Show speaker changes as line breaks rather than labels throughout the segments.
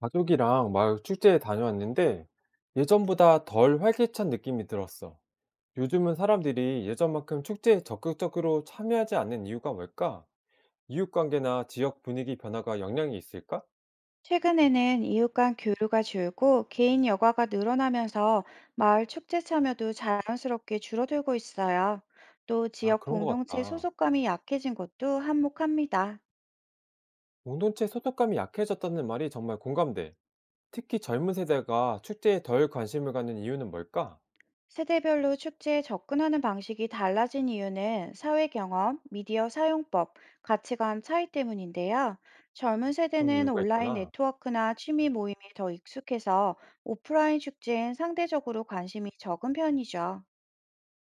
가족이랑 마을 축제에 다녀왔는데 예전보다 덜 활기찬 느낌이 들었어. 요즘은 사람들이 예전만큼 축제에 적극적으로 참여하지 않는 이유가 뭘까? 이웃관계나 지역 분위기 변화가 영향이 있을까?
최근에는 이웃 간 교류가 줄고 개인 여가가 늘어나면서 마을 축제 참여도 자연스럽게 줄어들고 있어요. 또
아,
지역
그런 것
공동체
같다.
소속감이 약해진 것도 한몫합니다.
공동체 소속감이 약해졌다는 말이 정말 공감돼. 특히 젊은 세대가 축제에 덜 관심을 갖는 이유는 뭘까?
세대별로 축제에 접근하는 방식이 달라진 이유는 사회 경험, 미디어 사용법, 가치관 차이 때문인데요. 젊은
그런
세대는
이유가
온라인
있구나.
네트워크나 취미 모임이 더 익숙해서 오프라인 축제엔 상대적으로 관심이 적은 편이죠.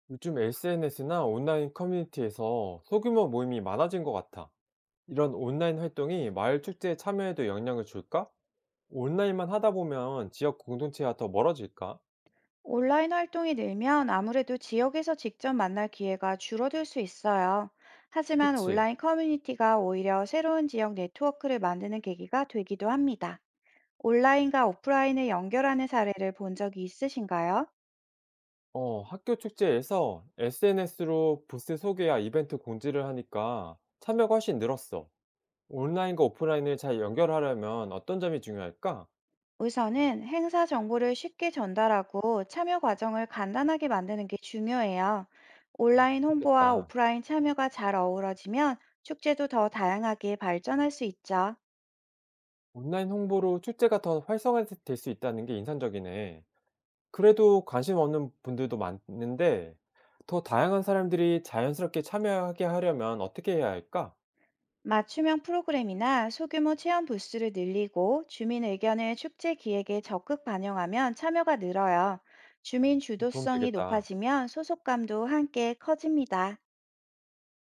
요즘 SNS나 온라인 커뮤니티에서 소규모 모임이 많아진 것 같아. 이런 온라인 활동이 마을 축제에 참여에도 영향을 줄까? 온라인만 하다 보면 지역 공동체와 더 멀어질까?
온라인 활동이 늘면 아무래도 지역에서 직접 만날 기회가 줄어들 수 있어요. 하지만
그치.
온라인 커뮤니티가 오히려 새로운 지역 네트워크를 만드는 계기가 되기도 합니다. 온라인과 오프라인을 연결하는 사례를 본 적이 있으신가요?
어, 학교 축제에서 SNS로 부스 소개와 이벤트 공지를 하니까 참여가 훨씬 늘었어. 온라인과 오프라인을 잘 연결하려면 어떤 점이 중요할까?
우선은 행사 정보를 쉽게 전달하고 참여 과정을 간단하게 만드는 게 중요해요. 온라인 홍보와
그렇겠다.
오프라인 참여가 잘 어우러지면 축제도 더 다양하게 발전할 수 있죠.
온라인 홍보로 축제가 더 활성화될 수 있다는 게 인상적이네. 그래도 관심 없는 분들도 많은데 더 다양한 사람들이 자연스럽게 참여하게 하려면 어떻게 해야 할까?
맞춤형 프로그램이나 소규모 체험 부스를 늘리고 주민 의견을 축제 기획에 적극 반영하면 참여가 늘어요. 주민
도움
주도성이
되겠다.
높아지면 소속감도 함께 커집니다.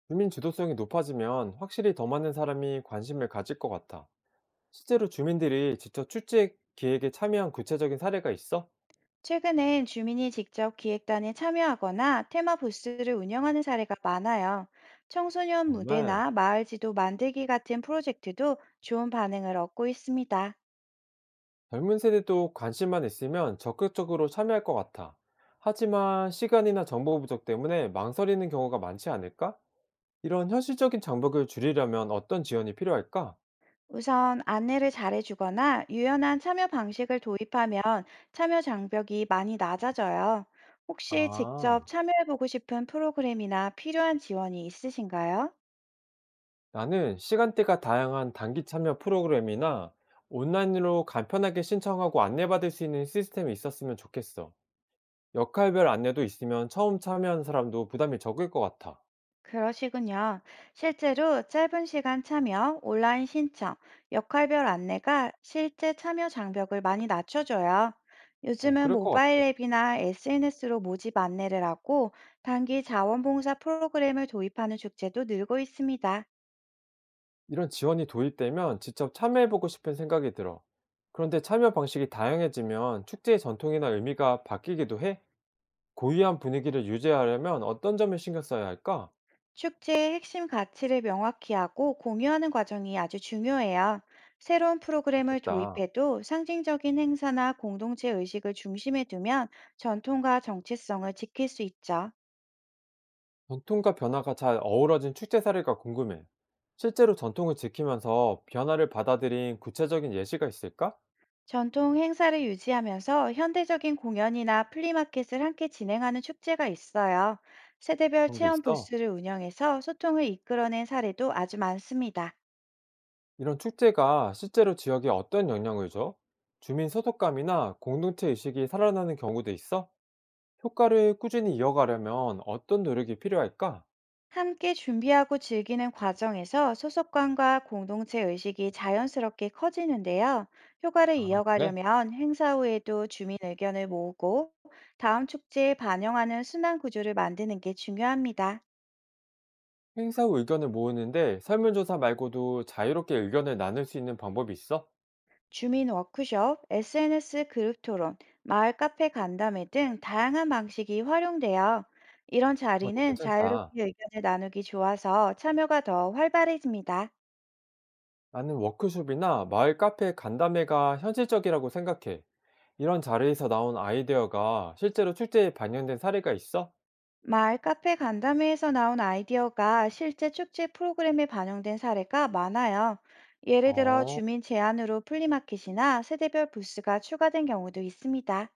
주민 주도성이 높아지면 확실히 더 많은 사람이 관심을 가질 것 같아. 실제로 주민들이 직접 출제 기획에 참여한 구체적인 사례가 있어?
최근엔 주민이 직접 기획단에 참여하거나 테마 부스를 운영하는 사례가 많아요. 청소년
정말
무대나 마을 지도 만들기 같은 프로젝트도 좋은 반응을 얻고 있습니다.
젊은 세대도 관심만 있으면 적극적으로 참여할 것 같아. 하지만 시간이나 정보 부족 때문에 망설이는 경우가 많지 않을까? 이런 현실적인 장벽을 줄이려면 어떤 지원이 필요할까?
우선 안내를 잘해주거나 유연한 참여 방식을 도입하면 참여 장벽이 많이 낮아져요. 혹시 직접
아,
참여해보고 싶은 프로그램이나 필요한 지원이 있으신가요?
나는 시간대가 다양한 단기 참여 프로그램이나 온라인으로 간편하게 신청하고 안내받을 수 있는 시스템이 있었으면 좋겠어. 역할별 안내도 있으면 처음 참여한 사람도 부담이 적을 것 같아.
그러시군요. 실제로 짧은 시간 참여, 온라인 신청, 역할별 안내가 실제 참여 장벽을 많이 낮춰줘요.
어,
요즘은
그럴 것
모바일
같아.
앱이나 SNS로 모집 안내를 하고 단기 자원봉사 프로그램을 도입하는 축제도 늘고 있습니다.
이런 지원이 도입되면 직접 참여해보고 싶은 생각이 들어. 그런데 참여 방식이 다양해지면 축제의 전통이나 의미가 바뀌기도 해? 고유한 분위기를 유지하려면 어떤 점을 신경 써야 할까?
축제의 핵심 가치를 명확히 하고 공유하는 과정이 아주 중요해요. 새로운 프로그램을
그렇겠다.
도입해도 상징적인 행사나 공동체 의식을 중심에 두면 전통과 정체성을 지킬 수 있죠.
전통과 변화가 잘 어우러진 축제 사례가 궁금해. 실제로 전통을 지키면서 변화를 받아들인 구체적인 예시가 있을까?
전통 행사를 유지하면서 현대적인 공연이나 플리마켓을 함께 진행하는 축제가 있어요. 세대별
그런 게
체험
있어?
부스를 운영해서 소통을 이끌어낸 사례도 아주 많습니다.
이런 축제가 실제로 지역에 어떤 영향을 줘? 주민 소속감이나 공동체 의식이 살아나는 경우도 있어? 효과를 꾸준히 이어가려면 어떤 노력이 필요할까?
함께 준비하고 즐기는 과정에서 소속감과 공동체 의식이 자연스럽게 커지는데요. 효과를
아, 그래?
이어가려면 행사 후에도 주민 의견을 모으고 다음 축제에 반영하는 순환 구조를 만드는 게 중요합니다.
행사 후 의견을 모으는데 설문조사 말고도 자유롭게 의견을 나눌 수 있는 방법이 있어?
주민 워크숍, SNS 그룹 토론, 마을 카페 간담회 등 다양한 방식이 활용돼요. 이런
그것
자리는 자유롭게
괜찮다.
의견을 나누기 좋아서 참여가 더 활발해집니다.
나는 워크숍이나 마을 카페 간담회가 현실적이라고 생각해. 이런 자리에서 나온 아이디어가 실제로 출제에 반영된 사례가 있어?
마을 카페 간담회에서 나온 아이디어가 실제 축제 프로그램에 반영된 사례가 많아요. 예를 들어
어,
주민 제안으로 플리마켓이나 세대별 부스가 추가된 경우도 있습니다.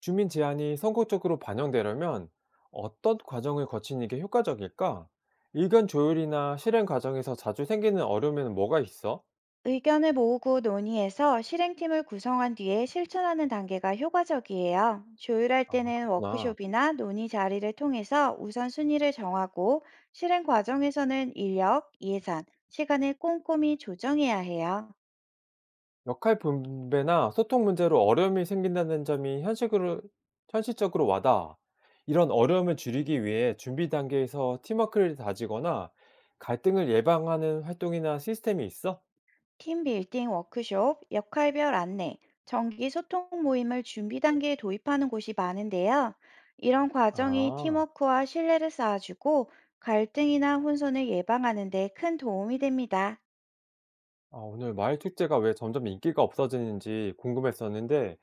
주민 제안이 선거적으로 반영되려면 어떤 과정을 거치는 게 효과적일까? 의견 조율이나 실행 과정에서 자주 생기는 어려움에는 뭐가 있어?
의견을 모으고 논의해서 실행팀을 구성한 뒤에 실천하는 단계가 효과적이에요. 조율할
아, 그렇구나.
때는
그렇구나.
워크숍이나 논의 자리를 통해서 우선순위를 정하고 실행 과정에서는 인력, 예산, 시간을 꼼꼼히 조정해야 해요.
역할 분배나 소통 문제로 어려움이 생긴다는 점이 현실으로, 현실적으로 와닿아. 이런 어려움을 줄이기 위해 준비 단계에서 팀워크를 다지거나 갈등을 예방하는 활동이나 시스템이 있어?
팀 빌딩 워크숍, 역할별 안내, 정기 소통 모임을 준비 단계에 도입하는 곳이 많은데요. 이런 과정이
아,
팀워크와 신뢰를 쌓아주고 갈등이나 혼선을 예방하는 데 큰 도움이 됩니다.
아, 오늘 마을 축제가 왜 점점 인기가 없어지는지 궁금했었는데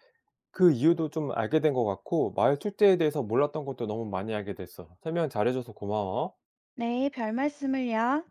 그 이유도 좀 알게 된 것 같고 마을 축제에 대해서 몰랐던 것도 너무 많이 알게 됐어. 설명 잘해줘서 고마워.
네, 별 말씀을요.